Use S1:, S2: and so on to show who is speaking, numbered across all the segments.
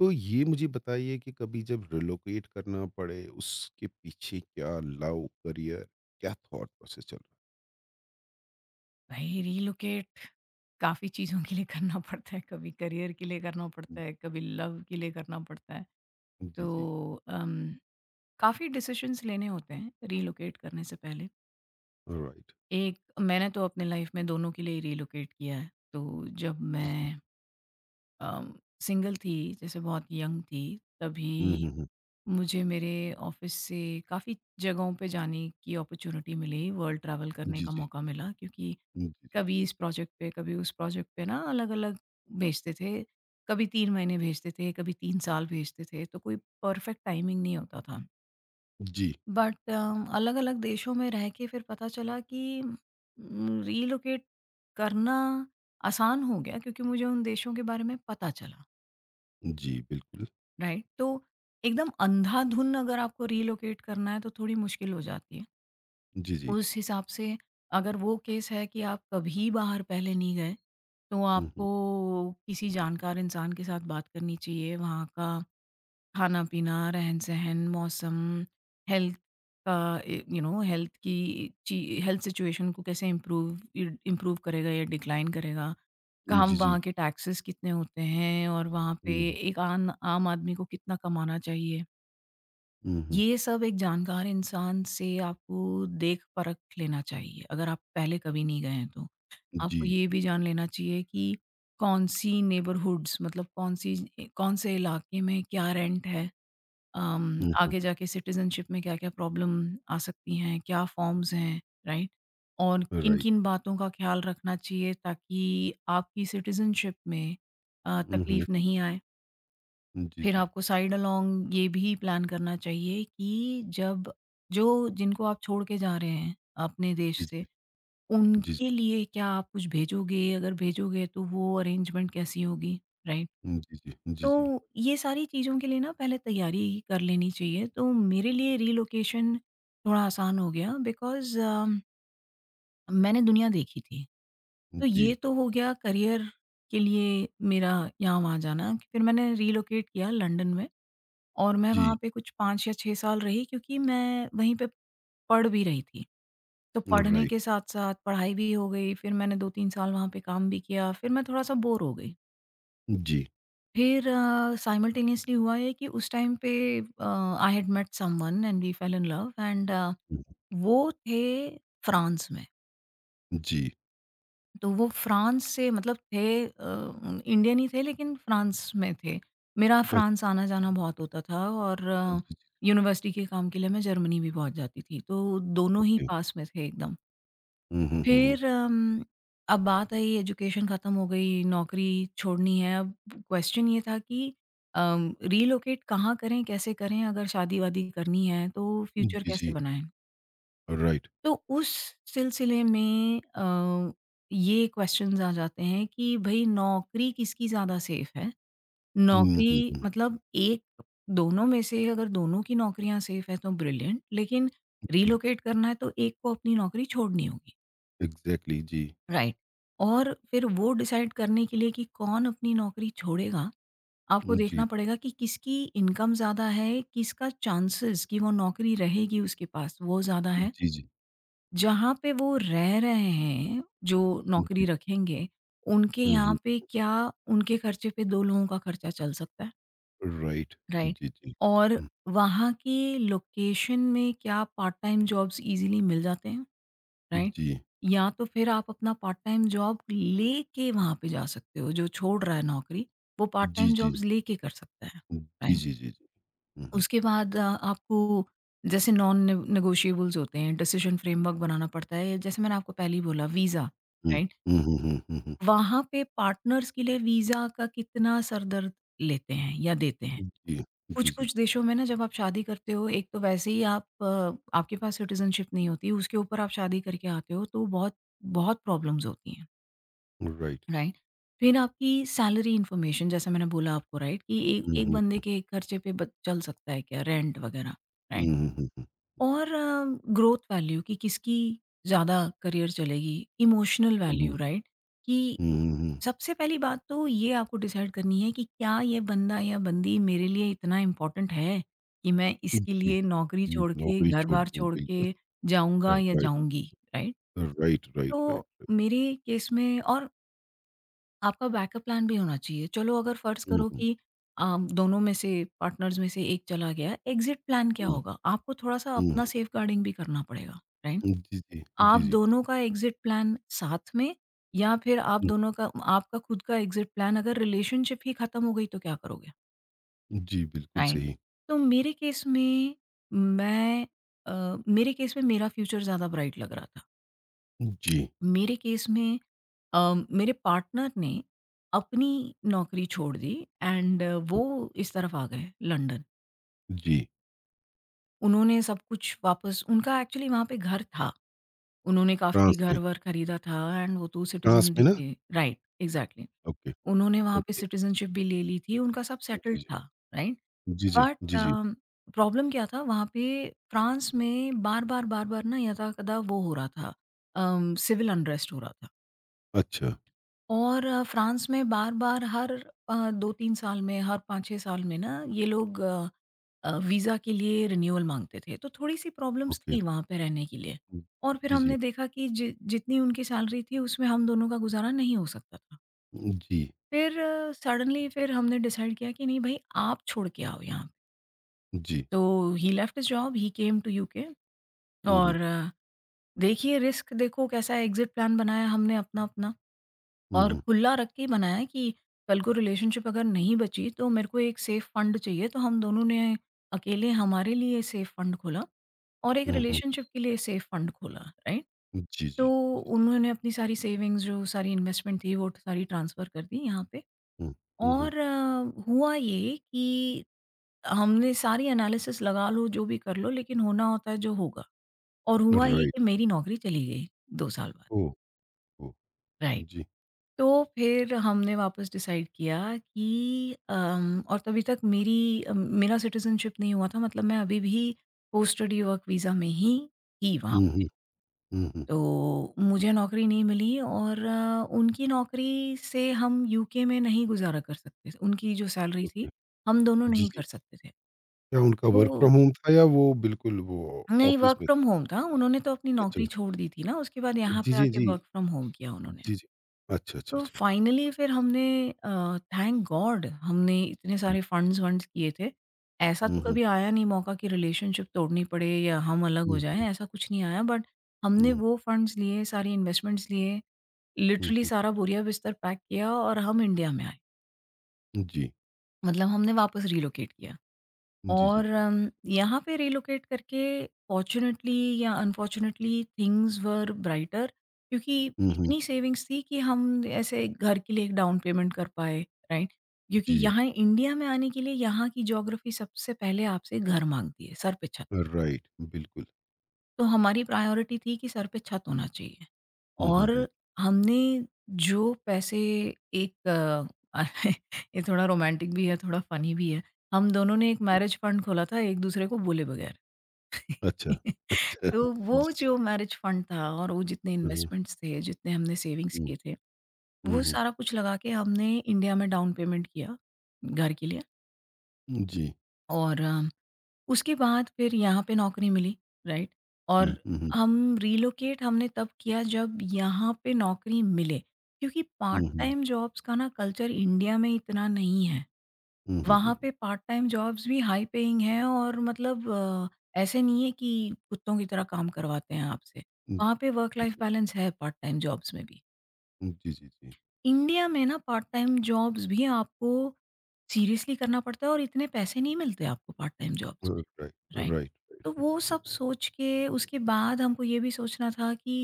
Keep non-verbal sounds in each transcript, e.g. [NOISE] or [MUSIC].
S1: तो ये मुझे बताइए कि कभी जब रिलोकेट करना पड़े, उसके पीछे क्या लव, करियर, क्या थॉट प्रोसेस चल रहा
S2: भाई रिलोकेट काफ़ी चीज़ों के लिए करना पड़ता है, कभी करियर के लिए करना
S1: है?
S2: पड़ता है, कभी लव के लिए करना पड़ता है।
S1: जी, जी।
S2: तो अम, काफ़ी डिसीज़न्स लेने होते हैं रिलोकेट करने से पहले।
S1: ऑलराइट।
S2: एक मैंने तो अपने लाइफ़ में दोनों के लिए रिलोकेट किया है। तो जब
S1: जी, जी।
S2: मैं अम, सिंगल थी जैसे बहुत यंग थी हुँ।
S1: हुँ,
S2: तभी
S1: हुँ, हुँ।
S2: मुझे मेरे ऑफ़िस से काफ़ी जगहों पे जाने की अपॉर्च्युनिटी मिली, वर्ल्ड ट्रैवल करने
S1: जी,
S2: का
S1: जी।
S2: मौका मिला क्योंकि
S1: हुँ, जी, जी।
S2: कभी इस प्रोजेक्ट पे, कभी उस प्रोजेक्ट पे ना अलग-अलग भेजते थे। कभी 3 महीने भेजते थे, कभी 3 साल भेजते थे, तो कोई परफेक्ट टाइमिंग नहीं होता था।
S1: जी,
S2: बट अलग-अलग देशों में रह के फिर पता चला कि रिलोकेट करना आसान हो गया क्योंकि मुझे उन देशों के बारे में पता चला।
S1: जी, बिल्कुल।
S2: राइट? तो एकदम अंधाधुन अगर आपको रिलोकेट करना है तो थोड़ी मुश्किल हो जाती है।
S1: जी, जी।
S2: उस हिसाब से अगर वो केस है कि आप कभी बाहर पहले नहीं गए, तो
S1: हुँ, हुँ।
S2: आपको किसी जानकार इंसान के साथ बात करनी चाहिए। वहाँ का खाना-पीना, रहन-सहन, मौसम, हेल्थ का ए यू नो हेल्थ की ची हेल्थ सिचुएशन को कैसे इम्प्रूव करेगा या डिक्लाइन करेगा।
S1: जी,
S2: काम
S1: जी।
S2: वहाँ के टैक्सेस कितने होते हैं और वहाँ पे
S1: हुँ,
S2: एक आन आम आदमी को कितना कमाना चाहिए।
S1: हुँ, हुँ।
S2: ये सब एक जानकार इंसान से आपको देख परख लेना चाहिए, अगर आप पहले कभी नहीं गए हैं तो।
S1: जी,
S2: आपको ये
S1: जी।
S2: भी जान लेना चाहिए कि कौन-सी नेबरहुड्स मतलब कौन-सी कौन-से इलाके में क्या रेंट है?
S1: हुँ, हुँ।
S2: आगे जाके सिटिज़नशिप में क्या-क्या प्रॉब्लम आ सकती हैं? क्या फॉर्म्स हैं, राइट? और
S1: राइट।
S2: किन-किन बातों का ख़्याल रखना चाहिए ताकि आपकी सिटिज़नशिप में
S1: हुँ, हुँ।
S2: तकलीफ़ नहीं आए?
S1: जी,
S2: फिर
S1: जी।
S2: आपको साइड अलोंग ये भी प्लान करना चाहिए कि जब जो जिनको आप छोड़ के जा रहे हैं अपने देश
S1: जी,
S2: से,
S1: जी। जी, जी।
S2: उनके लिए क्या आप कुछ भेजोगे? अगर भेजोगे तो वो अरेंजमेंट कैसी होगी? राइट?
S1: जी, जी। जी, जी।
S2: तो ये सारी चीज़ों के लिए ना पहले तैयारी कर लेनी चाहिए। तो मेरे लिए रिलोकेशन थोड़ा आसान हो गया बिकॉज़ मैंने दुनिया देखी थी। तो ये
S1: जी,
S2: तो हो गया करियर के लिए मेरा यहाँ-वहाँ जाना। फिर मैंने रिलोकेट किया लंदन में। और मैं
S1: जी।
S2: वहाँ पे कुछ 5 या 6 साल रही क्योंकि मैं वहीं पे पढ़ भी रही थी। तो पढ़ने
S1: राइट।
S2: के साथ-साथ पढ़ाई भी हो गई, फिर मैंने 2-3 साल वहाँ पे काम भी किया, फिर मैं थोड़ा-सा बोर हो गई।
S1: जी।
S2: फिर साइमल्टेनियसली हुआ ये कि उस टाइम पे uh, I had met someone and we fell in love and
S1: hmm,
S2: वो थे फ्रांस में।
S1: जी।
S2: तो वो फ्रांस से मतलब थे इंडियन ही थे लेकिन फ्रांस में थे। मेरा
S1: अच्छा।
S2: फ्रांस आना-जाना बहुत होता था और
S1: जी, जी।
S2: यूनिवर्सिटी के काम के लिए मैं जर्मनी भी बहुत जाती थी। तो दोनों ही
S1: ओके।
S2: पास में थे एकदम।
S1: हुँ, हुँ, हुँ, हुँ।
S2: फिर अब बात आई एजुकेशन ख़त्म हो गई, नौकरी छोड़नी है। अब क्वेश्चन ये था कि रिलोकेट कहाँ करें, कैसे करें? अगर शादी-वादी करनी है तो फ्यूचर
S1: जी,
S2: कैसे
S1: जी।
S2: बनाएँ?
S1: राइट।
S2: तो उस सिलसिले में ये क्वेश्चंस आ जाते हैं कि भई नौकरी किसकी ज़्यादा सेफ है?
S1: हुँ, हुँ,
S2: नौकरी
S1: हुँ।
S2: मतलब एक दोनों में से अगर दोनों की नौकरियाँ सेफ है तो ब्रिलियंट लेकिन
S1: जी,
S2: रिलोकेट करना है तो एक को अपनी नौकरी छोड़नी होगी,
S1: एग्ज़ैक्टली जी।
S2: राइट? और फिर वो डिसाइड करने के लिए कि कौन अपनी नौकरी छोड़ेगा, आपको
S1: हुँ, जी।
S2: देखना पड़ेगा कि किसकी इनकम ज़्यादा है, किसका चांसेस कि वो नौकरी रहेगी उसके पास वो ज़्यादा है।
S1: जी, जी।
S2: जहाँ पे वो रह रहे हैं, जो नौकरी
S1: जी।
S2: रखेंगे, उनके
S1: हुँ,
S2: यहाँ
S1: हुँ।
S2: पे क्या उनके खर्चे पे 2 लोगों का खर्चा चल सकता है,
S1: राइट।
S2: राइट?
S1: जी, जी।
S2: और
S1: हुँ।
S2: वहाँ की लोकेशन में क्या पार्ट टाइम जॉब्स ईज़िली मिल जाते हैं, राइट?
S1: जी।
S2: या तो फिर आप अपना पार्ट टाइम जॉब लेके वहाँ पे जा सकते हो, जो छोड़ रहा है नौकरी, वो पार्ट
S1: जी,
S2: टाइम
S1: जी।
S2: जॉब्स लेके कर सकता है,
S1: जी,
S2: राइट?
S1: जी, जी, जी। हुँ, हुँ,
S2: उसके बाद आपको जैसे नॉन ने नेगोशिएबल्स होते हैं, डिसीजन फ्रेमवर्क बनाना पड़ता है। जैसे मैंने आपको पहले ही बोला वीज़ा,
S1: हुँ।
S2: राइट?
S1: हुँ, हुँ, हुँ, हुँ, हुँ,
S2: वहाँ पे पार्टनर्स के लिए वीज़ा का कितना सरदर्द लेते हैं या देते हैं।
S1: हुँ। जी, जी, जी।
S2: कुछ-कुछ देशों में ना जब आप शादी करते हो, एक तो वैसे ही आप आपके पास सिटिज़नशिप नहीं होती, उसके ऊपर आप शादी करके आते हो तो बहुत, बहुत प्रॉब्लम्स होती हैं,
S1: राइट।
S2: राइट? फिर आपकी सैलरी इन्फॉर्मेशन जैसा मैंने बोला आपको राइट कि एक
S1: हुँ,
S2: एक बंदे
S1: हुँ।
S2: के खर्चे पे ब चल सकता है क्या रेंट वगैरह,
S1: हुँ,
S2: राइट?
S1: हुँ, हुँ, हुँ।
S2: और ग्रोथ वैल्यू कि किसकी ज़्यादा करियर चलेगी, इमोशनल
S1: हुँ,
S2: वैल्यू राइट? कि
S1: हुँ, हुँ, हुँ।
S2: सबसे पहली बात तो ये आपको डिसाइड करनी है कि क्या ये बंदा या बंदी मेरे लिए इतना इम्पोर्टेंट है, कि मैं इसके
S1: जी, जी,
S2: लिए नौकरी छोड़ के,
S1: नौकरी छोड़
S2: घर-बार
S1: दूँ,
S2: छोड़
S1: बिल्कुल।
S2: के जाऊँगा या
S1: राइट,
S2: जाऊँगी, राइट?
S1: राइट, राइट, राइट,
S2: तो
S1: राइट।
S2: मेरे केस में और आपका बैकअप प्लान भी होना चाहिए। चलो अगर फ़र्ज़
S1: हुँ,
S2: करो
S1: हुँ,
S2: कि अ, दोनों में से पार्टनर्स में से एक चला गया, एग्ज़िट प्लान क्या
S1: हुँ,
S2: होगा? आपको थोड़ा-सा
S1: हुँ।
S2: अपना सेफ़गार्डिंग भी करना पड़ेगा, राइट?
S1: जी, जी।
S2: आप
S1: जी, जी।
S2: दोनों का एग्ज़िट प्लान साथ में या फिर आप
S1: हुँ।
S2: दोनों का आपका खुद का एग्ज़िट प्लान अगर रिलेशनशिप ही ख़त्म हो गई तो क्या करोगे?
S1: जी, बिल्कुल
S2: राइट।
S1: सही।
S2: तो मेरे केस में मैं अ, मेरे केस में मेरा फ्यूचर ज़्यादा ब्राइट लग रहा था।
S1: जी,
S2: मेरे केस में मेरे पार्टनर ने अपनी नौकरी छोड़ दी एंड
S1: हुँ।
S2: वो इस तरफ आ गए लंदन।
S1: जी,
S2: उन्होंने सब कुछ वापस उनका एक्चुअली वहाँ पे घर था। उन्होंने काफ़ी
S1: फ्राँस में।
S2: घर-वर खरीदा था एंड वो तो
S1: फ्राँस
S2: सिटीज़न
S1: में
S2: भी
S1: ना?
S2: थे। Right, exactly.
S1: ओके,
S2: उन्होंने वहाँ पे
S1: ओके।
S2: सिटिज़नशिप भी ले ली थी, उनका सब
S1: जी,
S2: सेटल्ड
S1: जी।
S2: था, राइट?
S1: जी, जी।
S2: बट
S1: जी, जी।
S2: प्रॉब्लम क्या था वहाँ पे फ्रांस में बार-बार ना यदाकदा वो हो रहा था सिविल अनरेस्ट हो रहा था
S1: अच्छा,
S2: और फ्रांस में बार-बार हर 2-3 साल में, हर 5-6 साल में ना ये लोग वीज़ा के लिए रिन्यूअल माँगते थे, तो थोड़ी-सी प्रॉब्लम्स
S1: ओके।
S2: थी वहाँ पे रहने के लिए
S1: हुँ।
S2: और फिर
S1: जी, जी।
S2: हमने देखा कि जि जितनी उनकी सैलरी थी उसमें हम दोनों का गुज़ारा नहीं हो सकता था।
S1: जी,
S2: फिर सडनली फिर हमने डिसाइड किया कि नहीं भाई आप छोड़ के आओ यहाँ पे।
S1: जी।
S2: तो he left his job he came to UK
S1: हुँ, हुँ।
S2: और देखिए रिस्क देखो कैसा एग्जिट प्लान बनाया हमने अपना अपना
S1: हुँ,
S2: और
S1: हुँ।
S2: खुला रख के ही बनाया कि कल को रिलेशनशिप अगर नहीं बची तो मेरे को एक सेफ फंड चाहिए तो हम दोनों ने अकेले हमारे लिए सेफ फंड खोला और एक
S1: हुँ, हुँ।
S2: रिलेशनशिप के लिए सेफ फंड खोला। राइट।
S1: जी,
S2: तो
S1: जी। जी।
S2: उन्होंने अपनी सारी सेविंग्स जो सारी इन्वेस्टमेंट थी वो सारी ट्रांसफ़र कर दी यहाँ पे
S1: हुँ, हुँ, हुँ।
S2: और हुआ ये कि हमने सारी एनालिसिस लगा लो, जो भी कर लो, लेकिन होना होता है जो होगा और हुआ ये
S1: राइट।
S2: कि मेरी नौकरी चली गई 2 साल बाद।
S1: ओह! ओह!
S2: राइट।
S1: जी।
S2: तो फिर हमने वापस डिसाइड किया कि और तभी तक मेरा सिटिज़नशिप नहीं हुआ था मतलब मैं अभी भी पोस्ट स्टडी वर्क वीज़ा में ही थी वहाँ
S1: हुँ, हुँ।
S2: पे।
S1: हुँ, हुँ।
S2: तो मुझे नौकरी नहीं मिली और उनकी नौकरी से हम यूके में नहीं गुज़ारा कर सकते थे। उनकी जो सैलरी
S1: ओके।
S2: थी, हम दोनों
S1: जी,
S2: नहीं
S1: जी।
S2: कर सकते थे।
S1: क्या उनका वर्क
S2: तो
S1: फ्रॉम होम था या वो बिल्कुल वो
S2: नहीं
S1: ऑफ़िस
S2: वर्क
S1: में
S2: फ्रॉम
S1: था?
S2: होम था, उन्होंने तो अपनी
S1: अच्छा।
S2: नौकरी छोड़ दी थी ना, उसके बाद यहाँ
S1: जी,
S2: पे
S1: जी,
S2: आके
S1: जी।
S2: वर्क फ्रॉम होम किया उन्होंने।
S1: जी, जी। अच्छा, अच्छा,
S2: तो
S1: अच्छा।
S2: फाइनली फिर हमने थैंक गॉड हमने इतने
S1: हुँ,
S2: सारे फंड्स-वंड्स किए थे। ऐसा
S1: हुँ,
S2: तो
S1: हुँ।
S2: कभी आया नहीं मौका कि रिलेशनशिप तोड़नी पड़े या हम अलग हो
S1: हुँ,
S2: जाएँ,
S1: हुँ।
S2: ऐसा कुछ नहीं आया बट हमने
S1: हुँ,
S2: वो फंड्स लिए, सारी इन्वेस्टमेंट्स लिए,
S1: हुँ,
S2: लिटरली
S1: हुँ।
S2: सारा बोरिया-बिस्तर पैक किया और हम इंडिया में आए।
S1: जी।
S2: मतलब हमने वापस रिलोकेट किया।
S1: जी, जी,
S2: और
S1: जी।
S2: यहाँ पे रिलोकेट करके फॉर्च्युनेटली या अनफॉर्च्युनेटली थिंग्स वर ब्राइटर क्योंकि
S1: हुँ, हुँ।
S2: इतनी सेविंग्स थी कि हम ऐसे घर के लिए एक डाउन पेमेंट कर पाए, राइट? क्योंकि
S1: जी।
S2: यहाँ इंडिया में आने के लिए यहाँ की ज्योग्राफी सबसे पहले आपसे घर माँगती है, सर पे छत।
S1: राइट, बिल्कुल।
S2: तो हमारी प्रायोरिटी थी कि सर पे छत होना चाहिए
S1: हुँ, हुँ,
S2: और
S1: हुँ।
S2: हमने जो पैसे एक अ, [LAUGHS] ये थोड़ा रोमांटिक भी है, थोड़ा फ़नी भी है। हम दोनों ने एक मैरेज फंड खोला था एक-दूसरे को बोले बगैर।
S1: अच्छा,
S2: [LAUGHS]
S1: अच्छा
S2: तो
S1: [LAUGHS]
S2: वो
S1: जी।
S2: जो मैरिज फंड था और वो जितने
S1: हुँ, हुँ,
S2: इन्वेस्टमेंट्स थे, जितने हमने सेविंग्स
S1: हुँ,
S2: किए थे,
S1: हुँ,
S2: वो
S1: हुँ,
S2: सारा कुछ लगा के हमने इंडिया में डाउन पेमेंट किया, घर के लिए
S1: हुँ, जी।
S2: और उसके बाद फिर यहाँ पे नौकरी मिली, राइट?
S1: हुँ,
S2: और
S1: हुँ, हुँ,
S2: हम रिलोकेट हमने तब किया जब यहाँ पे नौकरी मिले, क्योंकि पार्ट
S1: हुँ, हुँ,
S2: टाइम जॉब्स का ना कल्चर इंडिया में इतना नहीं है।
S1: हुँ, हुँ, हुँ,
S2: वहाँ
S1: हुँ।
S2: पे पार्ट टाइम जॉब्स भी हाई पेइंग हैं और मतलब ऐसे नहीं है कि कुत्तों की तरह काम करवाते हैं आपसे।
S1: हुँ,
S2: वहाँ पे वर्क
S1: जी,
S2: लाइफ
S1: जी,
S2: बैलेंस है पार्ट टाइम जॉब्स में भी।
S1: हुँ, जी, जी, जी।
S2: इंडिया में ना पार्ट टाइम जॉब्स भी आपको सीरियसली करना पड़ता है और इतने पैसे नहीं मिलते आपको पार्ट टाइम
S1: अ,
S2: जॉब्स में,
S1: राइट,
S2: राइट?
S1: राइट, राइट,
S2: तो
S1: राइट,
S2: वो
S1: राइट।
S2: सब सोच के उसके बाद हमको ये भी सोचना था कि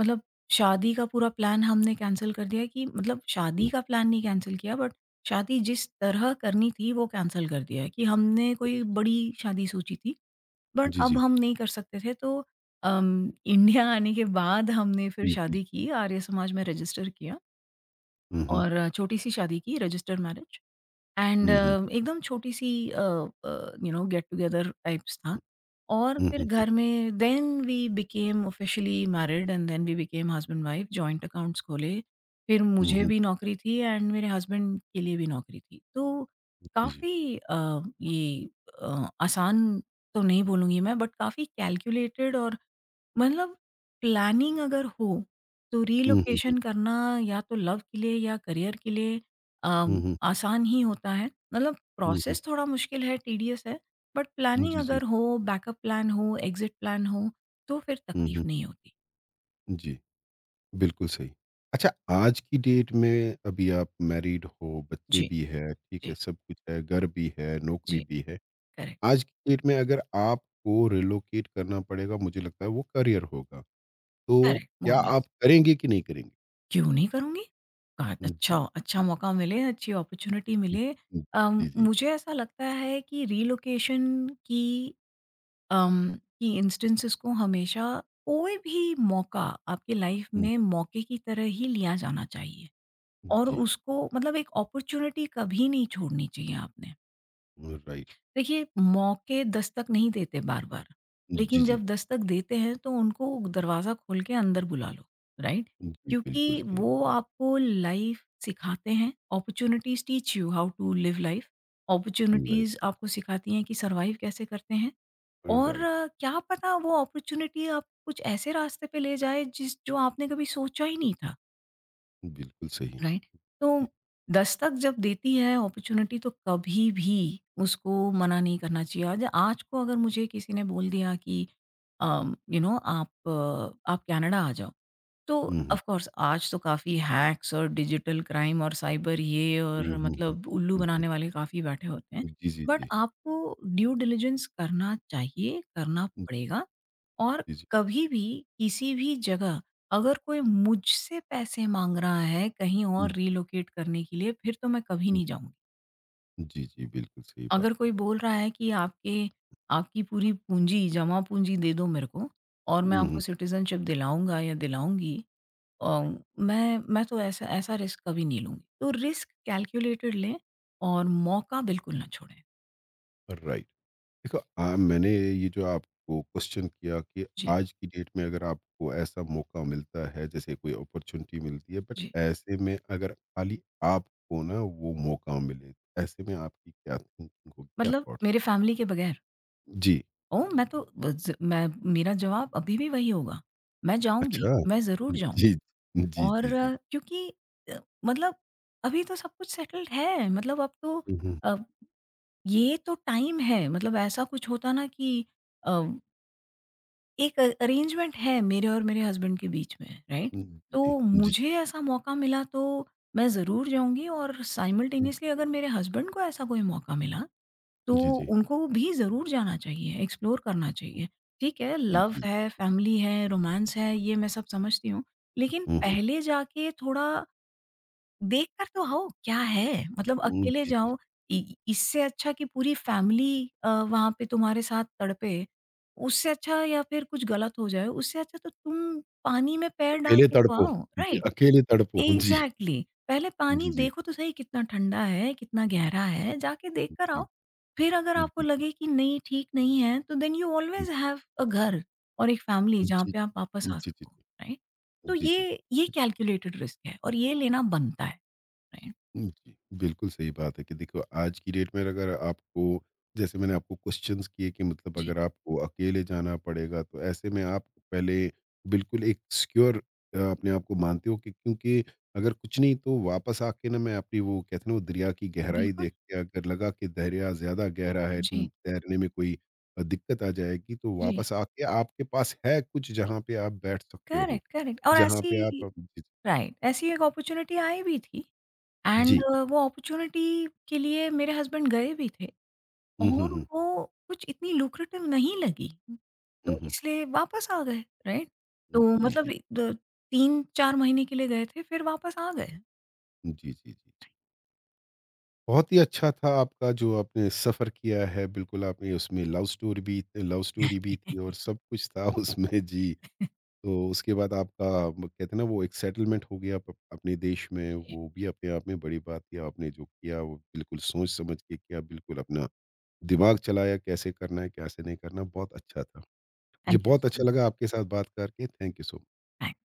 S2: मतलब शादी का पूरा प्लान हमने कैंसल कर दिया कि मतलब शादी
S1: हुँ,
S2: का प्लान नहीं कैंसल किया बट शादी जिस तरह करनी थी वो कैंसल कर दिया कि हमने कोई
S1: अच्छा। अच्छा।
S2: बड़ी शादी सोची थी, बट
S1: जी,
S2: अब
S1: जी।
S2: हम नहीं कर सकते थे। तो इंडिया आने के बाद हमने फिर
S1: हुँ, जी, जी।
S2: शादी की, आर्य समाज में रजिस्टर किया।
S1: हुँ, हुँ,
S2: और छोटी-सी शादी की, रजिस्टर मैरिज एंड
S1: हुँ, हुँ,
S2: एकदम छोटी-सी गेट टुगेदर टाइप्स था। और
S1: हुँ,
S2: फिर
S1: हुँ,
S2: घर में then we became officially married and then we became husband wife, joint accounts खोले। फिर
S1: हुँ,
S2: मुझे
S1: हुँ,
S2: भी नौकरी थी एंड मेरे हस्बैंड के लिए भी नौकरी थी। तो
S1: जी, जी।
S2: काफ़ी ये आसान तो नहीं बोलूँगी मैं, बट काफ़ी कैलकुलेटेड और मतलब प्लानिंग अगर हो, तो
S1: हुँ, हुँ,
S2: रिलोकेशन करना, या तो लव के लिए या करियर के लिए,
S1: हुँ, हुँ,
S2: आसान ही होता है। मतलब
S1: हुँ, हुँ,
S2: प्रोसेस थोड़ा मुश्किल है, टीडियस है, बट
S1: हुँ,
S2: प्लानिंग
S1: जी, जी।
S2: अगर हो, बैकअप प्लान हो, एग्ज़िट प्लान हो, तो फिर
S1: हुँ,
S2: तकलीफ़
S1: हुँ,
S2: नहीं होती।
S1: जी, बिल्कुल सही। अच्छा, आज की डेट में अभी आप मैरिड हो, बच्चे
S2: जी,
S1: भी हैं, ठीक है,
S2: जी,
S1: सब कुछ है, घर भी है, नौकरी
S2: जी,
S1: भी है।
S2: करेक्ट,
S1: आज की डेट में अगर आपको रिलोकेट करना पड़ेगा, मुझे लगता है वो करियर होगा। तो
S2: करेक्ट, मोर
S1: क्या
S2: और
S1: आप
S2: लेस।
S1: करेंगे कि नहीं करेंगे?
S2: क्यों नहीं करूँगी? का अच्छा
S1: जी।
S2: अच्छा मौका मिले, अच्छी अपॉर्च्युनिटी
S1: हुँ,
S2: मिले।
S1: हुँ। जी, जी।
S2: मुझे ऐसा लगता है कि रिलोकेशन की अम, कि इंस्टेंसेस को हमेशा कोई भी मौका आपकी लाइफ
S1: हुँ,
S2: में मौके की तरह ही लिया जाना चाहिए और
S1: जी।
S2: उसको मतलब एक अपॉर्चुनिटी कभी नहीं छोड़नी चाहिए आपने।
S1: राइट।
S2: देखिए, मौके दस्तक नहीं देते बार-बार,
S1: जी,
S2: लेकिन
S1: जी।
S2: जब दस्तक देते हैं तो उनको दरवाज़ा खोल के अंदर बुला लो, राइट?
S1: जी,
S2: क्योंकि
S1: बिल्कुल सही।
S2: वो आपको लाइफ सिखाते हैं, opportunities teach you how to live life,
S1: like
S2: opportunities आपको सिखाती हैं कि सर्वाइव कैसे करते हैं, और
S1: राइट,
S2: क्या पता वो अपॉर्च्युनिटी आप कुछ ऐसे रास्ते पे ले जाए जिस जो आपने कभी सोचा ही नहीं था,
S1: बिल्कुल सही।
S2: राइट। तो
S1: जी।
S2: दस्तक जब देती है अपॉर्च्युनिटी, तो कभी भी उसको मना नहीं करना चाहिए। आज आज को अगर मुझे किसी ने बोल दिया कि आप आप कनाडा आ जाओ, तो
S1: हुँ, हुँ।
S2: ऑफ कोर्स आज तो काफ़ी हैक्स और डिजिटल क्राइम और साइबर ये
S1: हुँ,
S2: और
S1: हुँ, हुँ।
S2: मतलब उल्लू
S1: हुँ, हुँ।
S2: बनाने वाले काफ़ी बैठे होते हैं।
S1: जी, जी,
S2: बट
S1: जी।
S2: आपको ड्यू डिलिजेंस करना चाहिए, करना पड़ेगा। और
S1: जी, जी।
S2: कभी भी किसी भी जगह अगर कोई मुझसे पैसे माँग रहा है कहीं और
S1: जी,
S2: रिलोकेट करने के लिए, फिर तो मैं कभी
S1: जी।
S2: नहीं जाऊँगी।
S1: जी, जी, बिल्कुल सही बात
S2: अगर
S1: है।
S2: कोई बोल रहा है कि आपके आपकी पूरी पूँजी जमा पूँजी दे दो मेरे को, और मैं
S1: हुँ,
S2: आपको
S1: हुँ।
S2: सिटीज़नशिप दिलाऊँगा या दिलाऊँगी, अ, मैं तो ऐसा ऐसा रिस्क कभी नहीं लूँगी। तो रिस्क कैलकुलेटेड लें और मौका बिल्कुल ना छोड़ें।
S1: राइट। देखो मैंने ये जो आपको क्वेश्चन किया कि
S2: जी,
S1: आज की डेट में अगर आपको ऐसा मौका मिलता है जैसे कोई अपॉर्चुनिटी मिलती है बट
S2: जी।
S1: ऐसे में अगर खाली आपको ना वो मौका मिले ऐसे में आपकी क्या थिंकिंग होगी क्या
S2: मतलब
S1: थॉट्स?
S2: मेरे फैमिली के बगैर।
S1: जी,
S2: ओह! मैं तो ब ज मैं मेरा जवाब अभी भी वही होगा। मैं जाऊँगी,
S1: अच्छा,
S2: मैं ज़रूर जाऊँगी,
S1: जी, जी, जी,
S2: और
S1: जी,
S2: क्योंकि अ, मतलब अभी तो सब कुछ सेटल्ड है, मतलब अब तो
S1: हम्म,
S2: अ, ये तो टाइम है, मतलब ऐसा कुछ होता ना कि अ, एक अरेंजमेंट है मेरे और मेरे हस्बैंड के बीच में, राइट?
S1: जी,
S2: तो
S1: जी, जी,
S2: मुझे ऐसा मौका मिला तो मैं ज़रूर जाऊँगी, और साइमल्टेनियसली अगर मेरे हस्बैंड को ऐसा कोई मौका मिला, तो
S1: जी,
S2: उनको भी ज़रूर जाना चाहिए, एक्सप्लोर करना चाहिए। ठीक है,
S1: जी,
S2: लव
S1: जी, जी,
S2: है, फैमिली है, रोमांस है, ये मैं सब समझती हूँ। लेकिन
S1: हम्म,
S2: पहले जाके थोड़ा देख कर तो आओ, क्या है? मतलब अकेले
S1: जी, जी,
S2: जाओ, इ इससे अच्छा कि पूरी फैमिली वहाँ पे तुम्हारे साथ तड़पे, उससे अच्छा, या फिर कुछ गलत हो जाए, उससे अच्छा तो तुम पानी में पैर डाल
S1: अकेले
S2: के तो
S1: तड़पो,
S2: आओ,
S1: जी,
S2: राइट?
S1: अकेले तड़पो, जी,
S2: एग्जैक्टली exactly. पहले पानी
S1: जी, जी,
S2: देखो तो सही, कितना ठंडा है, कितना गहरा है, जाके देख कर
S1: जी,
S2: आओ। फिर अगर
S1: जी,
S2: आपको
S1: जी,
S2: लगे कि नहीं, ठीक नहीं है, तो then you always have a घर और एक फैमिली जहाँ
S1: जी,
S2: पे आप वापस
S1: जी,
S2: आ
S1: जी, जी,
S2: सको, राइट। तो
S1: जी, जी,
S2: ये कैलकुलेटेड रिस्क है और ये लेना बनता है, राइट।
S1: जी, बिल्कुल सही बात है कि देखो आज की डेट में अगर आपको जैसे मैंने आपको क्वेश्चंस किए कि मतलब
S2: जी,
S1: अगर आपको अकेले जाना पड़ेगा तो ऐसे में आप पहले बिल्कुल एक सिक्योर अपने आप को मानते हो कि क्योंकि अगर कुछ नहीं तो वापस आके ना मैं अपनी वो कहते हैं ना वो दरिया की गहराई
S2: बिल्कुल,
S1: देख के अगर लगा कि दरिया ज़्यादा गहरा है न,
S2: जी,
S1: तैरने में कोई दिक्कत आ जाएगी तो
S2: जी,
S1: वापस आके आपके पास है कुछ जहाँ पे आप बैठ सकते हो,
S2: करेक्ट, करेक्ट। और
S1: जहाँ पे
S2: ऐसी
S1: आप जी,
S2: राइट, ऐसी एक अपॉर्चुनिटी आई भी थी एंड
S1: जी।
S2: वो अपॉर्चुनिटी के लिए मेरे हस्बैंड गए भी थे,
S1: हुँ, हुँ,
S2: और
S1: हुँ।
S2: वो कुछ इतनी लुक्रेटिव नहीं लगी।
S1: हुँ,
S2: तो
S1: हुँ।
S2: इसलिए वापस आ गए, राइट? तो
S1: जी,
S2: मतलब
S1: जी।
S2: इ द 3-4 महीने के लिए गए थे, फिर वापस आ गए।
S1: जी, जी, जी, जी। बहुत ही अच्छा था आपका जो आपने सफ़र किया है, बिल्कुल आपने उसमें लव स्टोरी भी थी और
S2: [LAUGHS]
S1: सब कुछ था [LAUGHS] उसमें जी। तो उसके बाद आपका म कहते हैं ना वो एक सेटलमेंट हो गया अप अपने देश में,
S2: जी,
S1: वो भी अपने आप में बड़ी बात थी। आपने जो किया वो बिल्कुल सोच समझ के किया, बिल्कुल अपना दिमाग चलाया कैसे करना है, कैसे नहीं करना, बहुत अच्छा था। मुझे
S2: थैंक यू
S1: बहुत
S2: सो
S1: अच्छा लगा
S2: मच।
S1: आपके साथ बात करके, थैंक यू सो
S2: थैंक्स।